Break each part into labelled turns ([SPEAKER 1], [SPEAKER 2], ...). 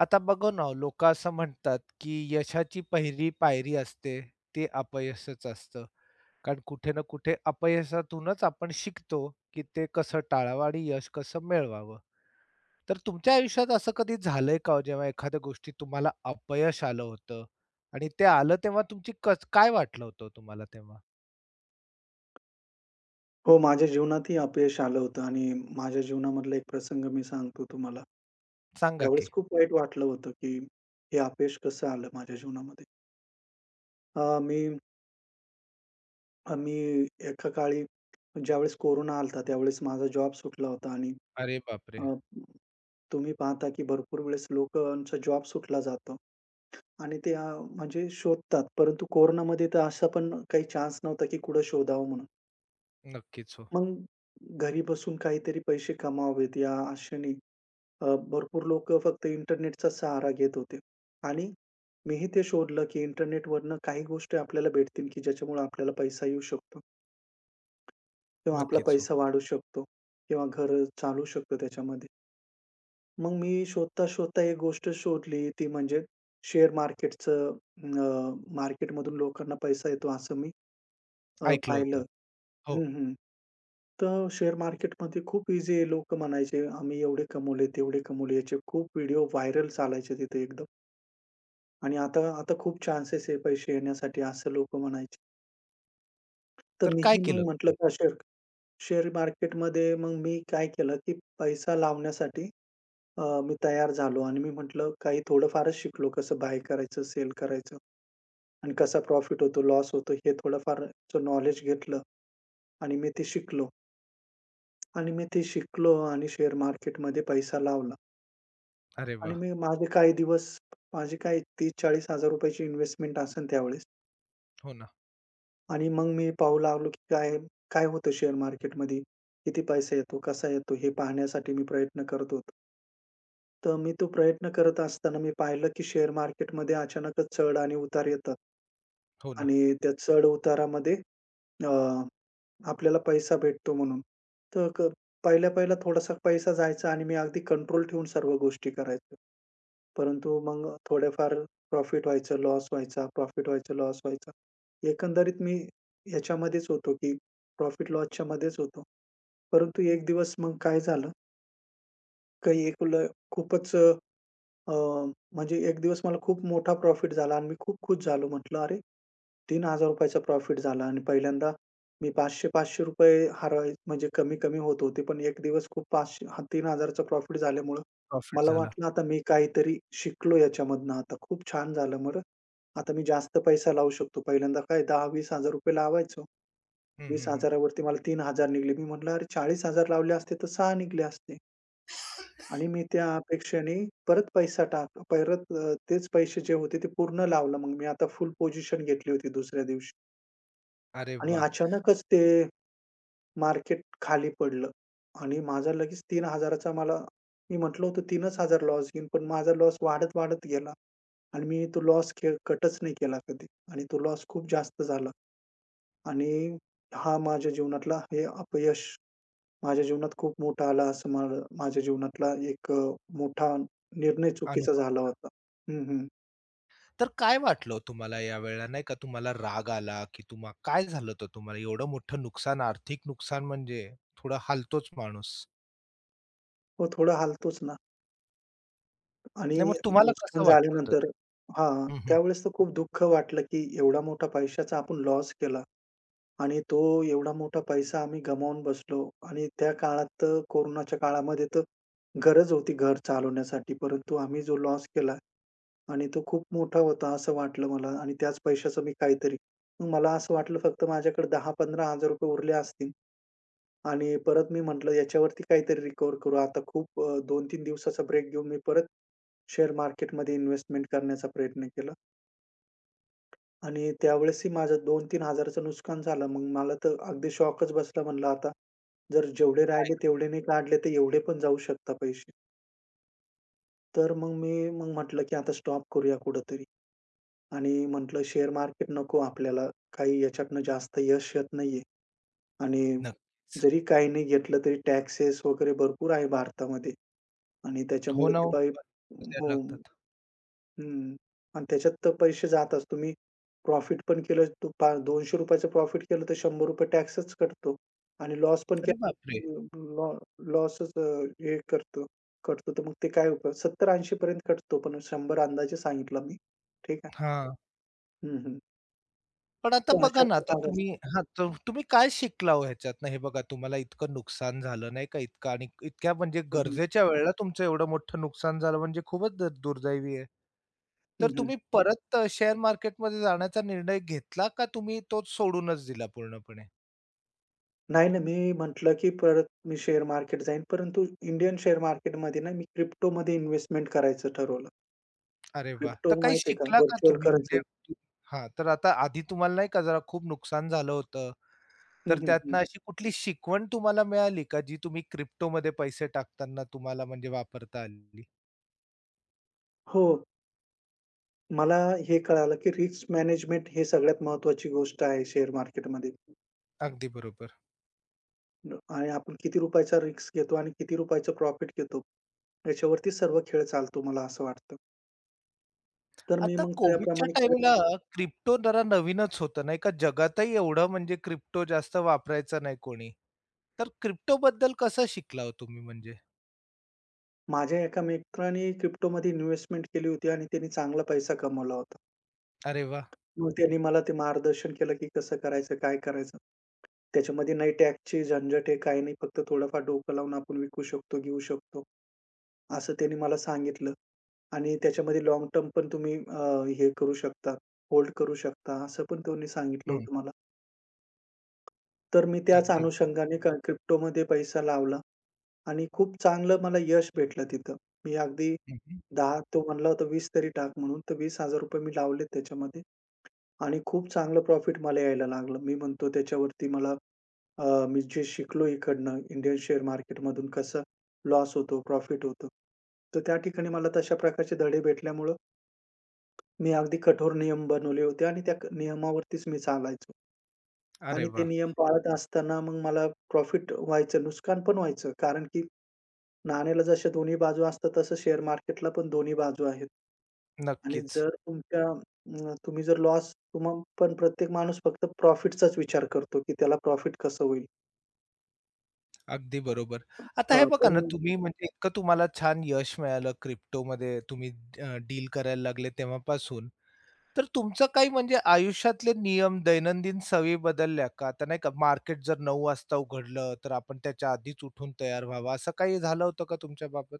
[SPEAKER 1] आता बघू ना, लोकं असं म्हणतात, की यशाची पहिली पायरी असते, ते अपयशच असतं. कारण कुठे ना कुठे अपयशातूनच आपण शिकतो, की ते कसं टाळावं आणि यश कसं मिळवावं. तर तुमच्या आयुष्यात असं कधी झालंय का हो, जेव्हा एखाद्या गोष्टीत तुम्हाला अपयश आलं होतं आणि ते आलं तेव्हा तुमची कस काय वाटलं होतं हो तुम्हाला तेव्हा?
[SPEAKER 2] हो, माझ्या जीवनातही अपयश आलं होतं आणि माझ्या जीवनामधला एक प्रसंग मी सांगतो तुम्हाला.
[SPEAKER 1] सांगा
[SPEAKER 2] त्यावेळेस
[SPEAKER 1] की?
[SPEAKER 2] खूप वाईट वाटलं होतं, की हे अपयश कसं आलं माझ्या जीवनामध्ये. अ, मी अ, मी एका काळी ज्यावेळेस कोरोना आला होता, त्यावेळेस माझा जॉब सुटला होता आणि
[SPEAKER 1] अरे
[SPEAKER 2] अ,
[SPEAKER 1] बापरे!
[SPEAKER 2] तुम्ही पाहता, की भरपूर वेळेस लोकांचा जॉब सुटला जातो आणि ते म्हणजे शोधतात. परंतु कोरोनामध्ये तर असा पण काही चान्स नव्हता, की कुठं शोधावं म्हणून.
[SPEAKER 1] नक्कीच हो,
[SPEAKER 2] मग घरी बसून काहीतरी पैसे कमवावेत या आशेने अ, भरपूर लोकं फक्त इंटरनेटचा सहारा घेत होते आणि मीही ते शोधलं, की इंटरनेटवरनं काही गोष्टी आपल्याला भेटतील, की ज्याच्यामुळे आपल्याला पैसा येऊ शकतो किंवा आपला
[SPEAKER 1] नक्कीच हो.
[SPEAKER 2] पैसा वाढू शकतो किंवा घर चालू शकतो त्याच्यामध्ये. मग मी शोधता-शोधता एक गोष्ट शोधली, ती म्हणजे शेअर मार्केटचं मार्केटमधून लोकांना पैसा येतो असं मी
[SPEAKER 1] ऐकलं
[SPEAKER 2] पाहिलं.
[SPEAKER 1] होतं. हो.
[SPEAKER 2] हं, हं. तर शेअर मार्केटमध्ये खूप ईझी आहे. लोकं म्हणायचे, "आम्ही एवढे कमवले, तेवढे कमवले." याचे खूप व्हिडिओ व्हायरल चालायचे तिथे एकदम. आणि आता आता खूप चान्सेस आहे पैसे येण्यासाठी असं लोकं म्हणायचे. तर
[SPEAKER 1] तर काय
[SPEAKER 2] मीही
[SPEAKER 1] केलं
[SPEAKER 2] मग म्हटलं
[SPEAKER 1] तुम्ही?
[SPEAKER 2] का शेअर शेअर मार्केटमध्ये मग मी काय केलं, की पैसा लावण्यासाठी मी तयार झालो आणि मी म्हटलं काही थोडंफारच शिकलो कसं बाय करायचं, सेल करायचं आणि कसा प्रॉफिट होतो, लॉस होतो हे थोडंफारचं नॉलेज घेतलं आणि मी ते शिकलो आणि मी ते शिकलो आणि शेअर मार्केटमध्ये पैसा लावला
[SPEAKER 1] अरे
[SPEAKER 2] आणि
[SPEAKER 1] वाह!
[SPEAKER 2] मी माझे काही दिवस माझे काही ₹30,000-40,000 ची इन्व्हेस्टमेंट असेल त्यावेळेस.
[SPEAKER 1] हो ना,
[SPEAKER 2] आणि मग मी पाहू लागलो, की काय काय होतं शेअर मार्केटमध्ये? किती पैसा येतो? कसा येतो? हे पाहण्यासाठी मी प्रयत्न करत होतो. तर मी तो प्रयत्न करत असताना मी पाहिलं, की शेअर मार्केटमध्ये अचानकच चढ आणि उतार येतात.
[SPEAKER 1] हो ना.
[SPEAKER 2] आणि त्या चढ-उतारामध्ये अ, आपल्याला पैसा भेटतो म्हणून. तर पहिल्या-पहिल्या थोडासा पैसा जायचा आणि मी अगदी कंट्रोल ठेवून सर्व गोष्टी करायचो. परंतु मग थोडेफार प्रॉफिट व्हायचं, लॉस व्हायचा, प्रॉफिट व्हायचं, लॉस व्हायचा. एकंदरीत मी ह्याच्यामध्येच होतो, की प्रॉफिट लॉसच्या मध्येच होतो. परंतु एक दिवस मग काय झालं, काही एक ल खूपच अ, म्हणजे एक दिवस मला खूप मोठा प्रॉफिट झाला आणि मी खूप खुश झालो. म्हटलं, "अरे, ₹3000 प्रॉफिट झाला." आणि पहिल्यांदा मी ₹500-500 हरवाय म्हणजे कमी-कमी होत होते. पण एक दिवस खूप 500 हा 3000चा प्रॉफिट झाल्यामुळं
[SPEAKER 1] प्रॉफिट
[SPEAKER 2] मला
[SPEAKER 1] झाला.
[SPEAKER 2] वाटलं, "आता मी काहीतरी शिकलो याच्यामधनं आता. खूप छान झालं बरं. आता मी जास्त पैसा लावू शकतो." पहिल्यांदा काय ₹10,000-20,000 लावायचो.
[SPEAKER 1] हं.
[SPEAKER 2] 20,000 वरती मला 3,000 निघले. मी म्हटलं, "अरे, 40,000 लावले असते तर 6 निघले असते." आणि मी त्या अपेक्षेने परत पैसा टाक परत अ, तेच पैसे जे होते ते पूर्ण लावलं मग मी आता फुल पोझिशन घेतली होती दुसऱ्या दिवशी
[SPEAKER 1] अरे
[SPEAKER 2] आणि
[SPEAKER 1] वाह!
[SPEAKER 2] अचानकच ते मार्केट खाली पडलं आणि माझा लगेच 3,000चा मला मी म्हटलं होतं 3,000 लॉस घेईन, पण माझा लॉस वाढत, वाढत गेला आणि मी तो लॉस कटच नाही केला कधी आणि तो लॉस खूप जास्त झाला आणि हा माझ्या जीवनातला हे अपयश माझ्या जीवनात खूप मोठा आला असं मला माझ्या जीवनातला एक मोठा निर्णय चुकीचा
[SPEAKER 1] अनुभव.
[SPEAKER 2] झाला होता. हं, हं.
[SPEAKER 1] तर काय वाटलं हो तुम्हाला यावेळेला नाही का तुम्हाला राग आला, की तुम्हा काय झालं होतं तुम्हाला? एवढं मोठं नुकसान, आर्थिक नुकसान म्हणजे थोडा हालतोच माणूस.
[SPEAKER 2] हो, थोडं हलतोच ना आणि
[SPEAKER 1] नाही मग तुम्हाला
[SPEAKER 2] नुकसान
[SPEAKER 1] कसं वाटलं होतं
[SPEAKER 2] झाल्यानंतर
[SPEAKER 1] ते?
[SPEAKER 2] हां,
[SPEAKER 1] हं.
[SPEAKER 2] त्यावेळेस तर खूप दुःख वाटलं, की एवढा मोठा पैशाचा आपण लॉस केला आणि तो एवढा मोठा पैसा आम्ही गमावून बसलो आणि त्या काळात तर कोरोनाच्या काळामध्ये तर गरज होती घर चालवण्यासाठी, परंतु आम्ही जो लॉस केला आणि तो खूप मोठा होता असं वाटलं मला आणि त्याच पैशाचं मी काहीतरी मग मला असं वाटलं फक्त माझ्याकडे ₹10,000-15,000 उरले असतील आणि परत मी म्हटलं याच्यावरती काहीतरी रिकव्हर करू. आता खूप 2-3 दिवसाचा ब्रेक घेऊन मी परत शेअर मार्केटमध्ये इन्व्हेस्टमेंट करण्याचा प्रयत्न केला आणि त्यावेळेसही माझं 2,000-3,000चं नुकसान झालं. मग मला तर अगदी शॉकच बसला. म्हणलं आता जर जेवढे
[SPEAKER 1] काय
[SPEAKER 2] राहिले तेवढे नाही काढले, तर एवढे पण जाऊ शकता पैसे. तर मग मी मग म्हटलं की आता स्टॉप करूया कुठेतरी. आणि म्हटलं शेअर मार्केट नको आपल्याला. काही याच्यातनं जास्त यश येत नाहीये आणि
[SPEAKER 1] नक्कीच.
[SPEAKER 2] जरी काही नाही घेतलं तरी टॅक्सेस वगैरे भरपूर आहे भारतामध्ये आणि
[SPEAKER 1] हो
[SPEAKER 2] त्याच्यामुळे
[SPEAKER 1] ना
[SPEAKER 2] ते
[SPEAKER 1] हो.
[SPEAKER 2] बरोबर. काही
[SPEAKER 1] द्यायला
[SPEAKER 2] हो.
[SPEAKER 1] लागतात.
[SPEAKER 2] हं. आणि त्याच्यात तर पैसे जातात. तुम्ही प्रॉफिट पण केलं तर ₹200 प्रॉफिट केलं तर ₹100 टॅक्सच कटतो आणि लॉस पण
[SPEAKER 1] अरे बापरे!
[SPEAKER 2] केला लॉ लॉसच हे करतो कटतो तर मग ते काय उपयोग? 70-80 पर्यंत कटतो पण 100 अंदाजे सांगितला मी. ठीक आहे.
[SPEAKER 1] हां.
[SPEAKER 2] हं, हं.
[SPEAKER 1] पण आता
[SPEAKER 2] तर
[SPEAKER 1] बघा ना,
[SPEAKER 2] अशातला
[SPEAKER 1] आता
[SPEAKER 2] भाग
[SPEAKER 1] तुम्ही
[SPEAKER 2] असतो.
[SPEAKER 1] हां, तर तुम्ही काय शिकला हो ह्याच्यातनं? हे बघा तुम्हाला इतकं नुकसान झालं नाही का इतकं आणि इतक्या म्हणजे
[SPEAKER 2] हं, हं.
[SPEAKER 1] गरजेच्या वेळेला तुमचं एवढं मोठं नुकसान झालं म्हणजे खूपच दुर्दैवी आहे. तर
[SPEAKER 2] हं, हं.
[SPEAKER 1] तुम्ही परत शेअर मार्केटमध्ये जाण्याचा निर्णय घेतला का तुम्ही तोच सोडूनच दिला पूर्णपणे?
[SPEAKER 2] नाही ना, मी म्हटलं, की परत मी शेअर मार्केट जाईन, परंतु इंडियन शेअर मार्केटमध्ये ना, मी क्रिप्टोमध्ये इन्व्हेस्टमेंट करायचं ठरवलं.
[SPEAKER 1] अरे वाह!
[SPEAKER 2] क्रिप्टो
[SPEAKER 1] तर काही
[SPEAKER 2] माहिती आहे का?
[SPEAKER 1] शिकला का
[SPEAKER 2] व्हर्चुअल
[SPEAKER 1] तुम्ही म्हणजे
[SPEAKER 2] करन्सी.
[SPEAKER 1] हां, तर आता आधी तुम्हाला नाही का जरा खूप नुकसान झालं होतं,
[SPEAKER 2] हं,
[SPEAKER 1] तर
[SPEAKER 2] हं, हं.
[SPEAKER 1] त्यातनं अशी कुठली शिकवण तुम्हाला मिळाली का जी तुम्ही क्रिप्टोमध्ये पैसे टाकताना तुम्हाला म्हणजे वापरता आली?
[SPEAKER 2] हो. मला हे कळालं, की रिस्क मॅनेजमेंट हे सगळ्यात महत्त्वाची गोष्ट आहे शेअर मार्केटमध्ये
[SPEAKER 1] अगदी बरोबर.
[SPEAKER 2] आणि आपण किती रुपयाचा रिस्क घेतो आणि किती रुपयाचं प्रॉफिट घेतो, याच्यावरती सर्व खेळ चालतो, मला असं वाटतं. तर मी
[SPEAKER 1] आता
[SPEAKER 2] मग
[SPEAKER 1] कोव्हिडच्या
[SPEAKER 2] त्याप्रमाणे
[SPEAKER 1] टाईमला क्रिप्टो जरा नवीनच होतं नाही का? जगातही एवढं म्हणजे क्रिप्टो जास्त वापरायचं नाही कोणी. तर क्रिप्टोबद्दल कसं शिकला हो तुम्ही म्हणजे?
[SPEAKER 2] माझ्या एका मित्राने क्रिप्टोमध्ये इन्व्हेस्टमेंट केली होती आणि त्याने चांगला पैसा कमवला होता.
[SPEAKER 1] अरे वाह!
[SPEAKER 2] मग त्यांनी मला ते मार्गदर्शन केलं, की कसं करायचं, काय करायचं. त्याच्यामध्ये नाही टॅक्सची झंझट आहे, काही नाही. फक्त थोडंफार डोकं लावून आपण विकू शकतो, घेऊ शकतो. असं त्यांनी मला सांगितलं आणि त्याच्यामध्ये लाँग टर्म पण तुम्ही हे करू शकता, होल्ड करू शकता, असं पण त्यांनी सांगितलं
[SPEAKER 1] हं,
[SPEAKER 2] होतं मला. तर मी त्याच
[SPEAKER 1] अगदी बरोबर.
[SPEAKER 2] अनुषंगाने क्रिप्टोमध्ये पैसा लावला आणि खूप चांगलं मला यश भेटलं तिथं. मी अगदी
[SPEAKER 1] हं, हं.
[SPEAKER 2] 10 तो म्हणला होता 20 तरी टाक म्हणून, तर ₹20,000 मी लावलेत त्याच्यामध्ये. आणि खूप चांगलं प्रॉफिट मला यायला लागलं. मी म्हणतो त्याच्यावरती मला मी जे शिकलो इकडनं इंडियन शेअर मार्केटमधून कसं लॉस होतो, प्रॉफिट होतो. तर त्या ठिकाणी मला तशा प्रकारचे धडे भेटल्यामुळं मी अगदी कठोर नियम बनवले होते आणि त्या नियमावरतीच मी चालायचो
[SPEAKER 1] अरे
[SPEAKER 2] आणि ते
[SPEAKER 1] वाह!
[SPEAKER 2] नियम पाळत असताना मग मला प्रॉफिट व्हायचं, नुकसान पण व्हायचं. कारण की नाण्याला जशा दोन्ही बाजू असतात, तसं शेअर मार्केटला पण दोन्ही बाजू आहेत. आणि
[SPEAKER 1] नक्कीच.
[SPEAKER 2] जर तुमच्या अ, तुम्ही जर लॉस तुम्हा पण प्रत्येक माणूस फक्त प्रॉफिटचाच विचार करतो, की त्याला प्रॉफिट कसं होईल?
[SPEAKER 1] अगदी बरोबर. आता हे
[SPEAKER 2] हां,
[SPEAKER 1] बघा
[SPEAKER 2] पण
[SPEAKER 1] ना, तुम्ही म्हणजे इतकं तुम्हाला छान यश मिळालं क्रिप्टोमध्ये तुम्ही डील करायला लागले तेव्हापासून. तर तुमचं काही म्हणजे आयुष्यातले नियम, दैनंदिन सवयी बदलल्या का? आता नाही का मार्केट जर 9:00 वाजता उघडलं, तर आपण त्याच्या आधीच उठून तयार व्हावं, असं काही झालं होतं का तुमच्या बाबत?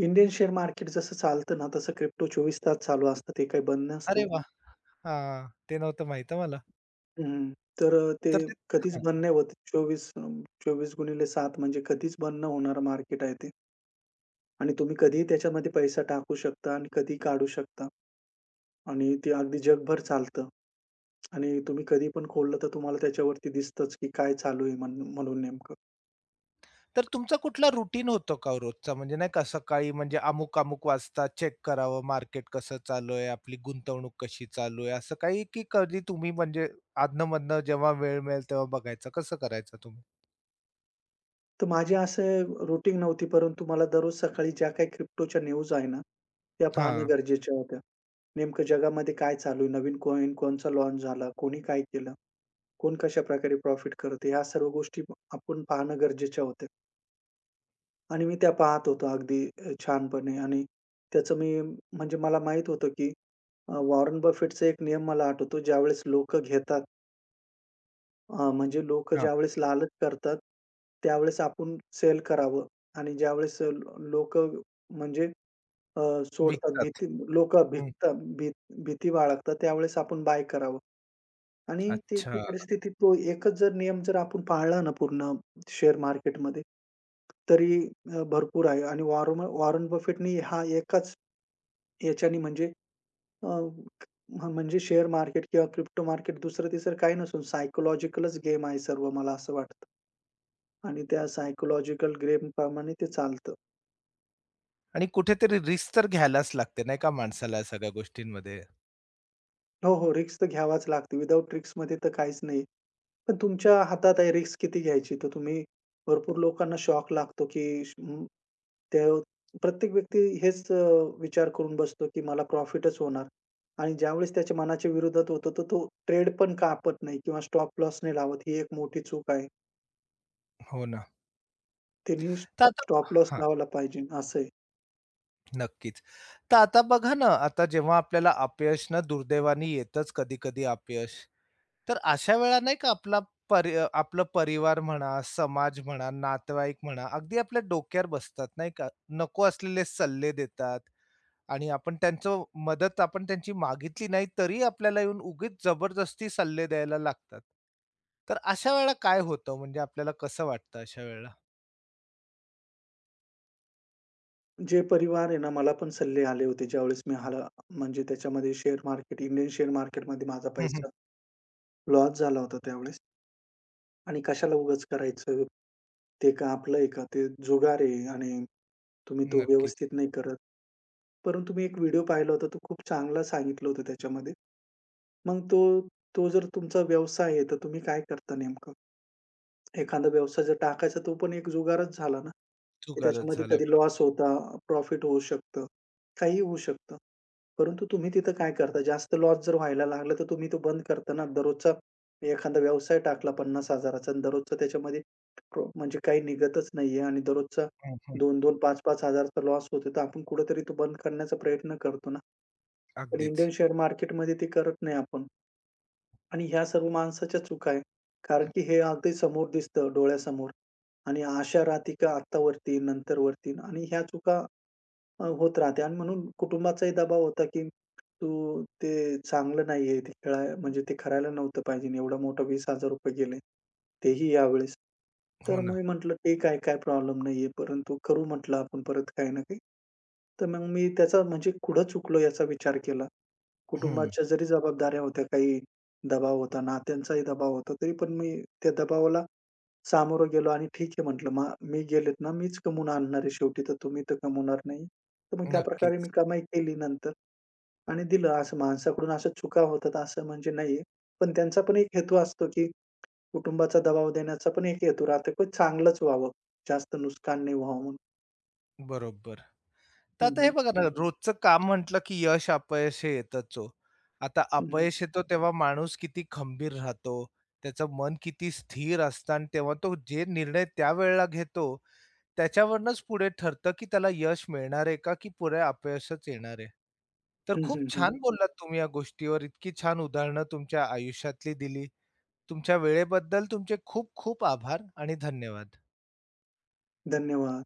[SPEAKER 2] इंडियन शेअर मार्केट जसं चालतं ना, तसं क्रिप्टो 24 तास चालू असतं. ते काही बंद
[SPEAKER 1] अरे
[SPEAKER 2] नसतो.
[SPEAKER 1] वाह! हां, ते नव्हतं माहित हां मला.
[SPEAKER 2] हं, तर ते
[SPEAKER 1] तर ते
[SPEAKER 2] कधीच
[SPEAKER 1] हां.
[SPEAKER 2] बंद नाही होत. 24 24/7 म्हणजे कधीच बंद न होणारं मार्केट आहे ते. आणि तुम्ही कधीही त्याच्यामध्ये पैसा टाकू शकता आणि कधीही काढू शकता. आणि ते अगदी जगभर चालतं. आणि तुम्ही कधी पण खोललं तर तुम्हाला त्याच्यावरती दिसतंच, की काय चालू आहे म्हणून म्हणून नेमकं.
[SPEAKER 1] तर तुमचा कुठला रुटीन होतो का हो रोजचा? म्हणजे नाही का सकाळी म्हणजे अमुक-अमुक वाजता चेक करावं मार्केट कसं चालू आहे, आपली गुंतवणूक कशी चालू आहे, असं काही की कधी तुम्ही म्हणजे अधनं-मधनं जेव्हा वेळ मिळेल तेव्हा बघायचं, कसं करायचं तुम्ही?
[SPEAKER 2] तर माझी असं रुटीन नव्हती, परंतु मला दररोज सकाळी ज्या काही क्रिप्टोच्या न्यूज आहे ना, त्या पाहणं
[SPEAKER 1] हां,
[SPEAKER 2] गरजेच्या होत्या. नेमकं जगामध्ये काय चालू आहे? नवीन कॉइन कोणचा लॉन्च झाला? कोणी काय केलं? कोण कशाप्रकारे प्रॉफिट करत आहे? ह्या सर्व गोष्टी आपण पाहणं गरजेच्या होत्या आणि मी त्या पाहत होतो अगदी छानपणे आणि त्याचं मी म्हणजे मला माहीत होतं, की वॉरन बफेटचा एक नियम मला आठवतो, ज्यावेळेस लोकं घेतात अ, म्हणजे लोकं
[SPEAKER 1] हां.
[SPEAKER 2] ज्यावेळेस लालच करतात, त्यावेळेस आपण सेल करावं आणि ज्यावेळेस लोकं म्हणजे अ, सोडतात
[SPEAKER 1] विकतात.
[SPEAKER 2] भीती लोकं
[SPEAKER 1] हं.
[SPEAKER 2] भिकतात भी भीती बाळगतात, त्यावेळेस आपण बाय करावं आणि ती ती
[SPEAKER 1] अच्छा
[SPEAKER 2] परिस्थिती तो एकच जर नियम जर आपण पाळला ना पूर्ण शेअर मार्केटमध्ये, तरी भरपूर आहे आणि वॉरन बफेटनी हा एकाच याच्याने म्हणजे अ, म्हणजे शेअर मार्केट किंवा क्रिप्टो मार्केट दुसरं-तिसरं काही नसून सायकॉलॉजिकलच गेम आहे सर्व मला असं वाटतं. आणि त्या सायकॉलॉजिकल गेमप्रमाणे ते चालतं.
[SPEAKER 1] आणि कुठेतरी रिस्क तर घ्यायलाच लागते नाही का माणसाला या सगळ्या गोष्टींमध्ये.
[SPEAKER 2] हो, हो. रिस्क तर घ्यावाच लागते. विदाऊट रिस्कमध्ये तर काहीच नाही. पण तुमच्या हातात आहे रिस्क किती घ्यायची. तर तुम्ही भरपूर लोकांना शॉक लागतो, की त्या प्रत्येक व्यक्ती हेच विचार करून बसतो, की मला प्रॉफिटच होणार. आणि ज्यावेळेस त्याच्या मनाच्या विरोधात होतं, तर तो ट्रेड पण कापत नाही किंवा स्टॉप लॉस नाही लावत. ही एक मोठी चूक आहे.
[SPEAKER 1] हो ना.
[SPEAKER 2] त्यांनी
[SPEAKER 1] तर आता
[SPEAKER 2] स्टॉप लॉस
[SPEAKER 1] हां,
[SPEAKER 2] लावायला पाहिजे, असं आहे.
[SPEAKER 1] नक्कीच. तर आता बघा ना, आता जेव्हा आपल्याला अपयश ना दुर्दैवाने येतंच कधी-कधी अपयश. तर अशा वेळा नाही का आपला आपलं परिवार म्हणा, समाज म्हणा, नातेवाईक म्हणा, अगदी आपल्या डोक्यावर बसतात नाही का. नको असलेले सल्ले देतात आणि आपण त्यांचं मदत आपण त्यांची मागितली नाही तरी आपल्याला येऊन उगीच जबरदस्ती सल्ले द्यायला लागतात. तर अशा वेळेला काय होतं म्हणजे आपल्याला कसं वाटतं अशा वेळेला?
[SPEAKER 2] जे परिवार आहे ना, मला पण सल्ले आले होते ज्यावेळेस मी म्हणजे त्याच्यामध्ये शेअर मार्केट, इंडियन शेअर मार्केटमध्ये माझा
[SPEAKER 1] हं.
[SPEAKER 2] पैसा लॉस झाला होता त्यावेळेस आणि कशाला उगाच करायचं? ते का आपलं आहे का? ते जुगार आहे आणि तुम्ही तो
[SPEAKER 1] नक्कीच.
[SPEAKER 2] व्यवस्थित नाही करत. परंतु मी एक व्हिडिओ पाहिला होता, तो खूप चांगला सांगितलं होतं त्याच्यामध्ये. मग तो तो जर तुमचा व्यवसाय आहे, तर तुम्ही काय करता नेमकं? एखादा व्यवसाय जर टाकायचा तो पण एक जुगारच झाला ना, की
[SPEAKER 1] चुकारच
[SPEAKER 2] त्याच्यामध्ये
[SPEAKER 1] झाला
[SPEAKER 2] कधी
[SPEAKER 1] बरोबर.
[SPEAKER 2] लॉस होता, प्रॉफिट होऊ शकतं, काहीही होऊ शकतं. परंतु तुम्ही तिथं काय करता? जास्त लॉस जर व्हायला लागला, तर तुम्ही तो बंद करता ना. दररोजचा एखादा व्यवसाय टाकला 50,000चा आणि दररोजचा त्याच्यामध्ये प्रो म्हणजे काही निघतच नाहीये आणि दररोजचा
[SPEAKER 1] हं.
[SPEAKER 2] 2-2, 5-5 हजारचा लॉस होतो, तर आपण कुठेतरी तो बंद करण्याचा प्रयत्न करतो ना. पण
[SPEAKER 1] अगदीच.
[SPEAKER 2] इंडियन शेअर मार्केटमध्ये ते करत नाही आपण. आणि ह्या सर्व माणसाच्या चुका आहे. कारण की हे अगदी समोर दिसतं डोळ्यासमोर आणि आशा राहते का आत्ता वरती, नंतर वरती आणि ह्या चुका होत राहत्या आणि म्हणून कुटुंबाचाही दबाव होता, की तू ते चांगलं नाहीये, ते खेळाय म्हणजे ते करायला नव्हतं पाहिजे. एवढा मोठा ₹20,000 गेले. तेही यावेळेस.
[SPEAKER 1] हो
[SPEAKER 2] तर
[SPEAKER 1] ना.
[SPEAKER 2] मी म्हटलं, "ठीक आहे, काय प्रॉब्लेम नाहीये, परंतु करू" म्हटलं, "आपण परत काही ना काही." तर मग मी त्याचा म्हणजे कुठं चुकलो याचा विचार केला.
[SPEAKER 1] हं.
[SPEAKER 2] कुटुंबाच्या जरी जबाबदाऱ्या होत्या, काही दबाव होता, नात्यांचाही दबाव होता, तरी पण मी त्या दबावाला सामोरं गेलो आणि ठीक आहे म्हटलं, "मग मी गेलेत ना, मीच कमवून आणणार आहे शेवटी, तर तुम्ही तर कमवणार नाही." तर मग त्याप्रकारे
[SPEAKER 1] नक्कीच.
[SPEAKER 2] मी कमाई केली नंतर आणि दिलं. असं माणसाकडून अशा चुका होतात असं म्हणजे नाहीये. पण त्यांचा पण एक हेतू असतो, की कुटुंबाचा दबाव देण्याचा पण एक हेतू राहतो, की चांगलंच व्हावं, जास्त नुकसान नाही व्हावं म्हणून.
[SPEAKER 1] बरोबर. तर
[SPEAKER 2] हं,
[SPEAKER 1] आता हे
[SPEAKER 2] हं.
[SPEAKER 1] बघा ना, रोजचं काम म्हटलं की यश अपयश हे येतच हो. आता
[SPEAKER 2] हं, हं.
[SPEAKER 1] अपयश येतो तेव्हा माणूस किती खंबीर राहतो, त्याचं मन किती स्थिर असतं आणि तेव्हा तो जे निर्णय त्यावेळेला घेतो, त्याच्यावरनंच पुढे ठरतं की त्याला यश मिळणार आहे का, की पुढे अपयशच येणार आहे. तर
[SPEAKER 2] हं,
[SPEAKER 1] खूप
[SPEAKER 2] हं,
[SPEAKER 1] छान बोललात तुम्ही या गोष्टीवर. इतकी छान उदाहरणं तुमच्या आयुष्यातली दिली. तुमच्या वेळेबद्दल तुमचे खूप खूप आभार आणि धन्यवाद.
[SPEAKER 2] धन्यवाद.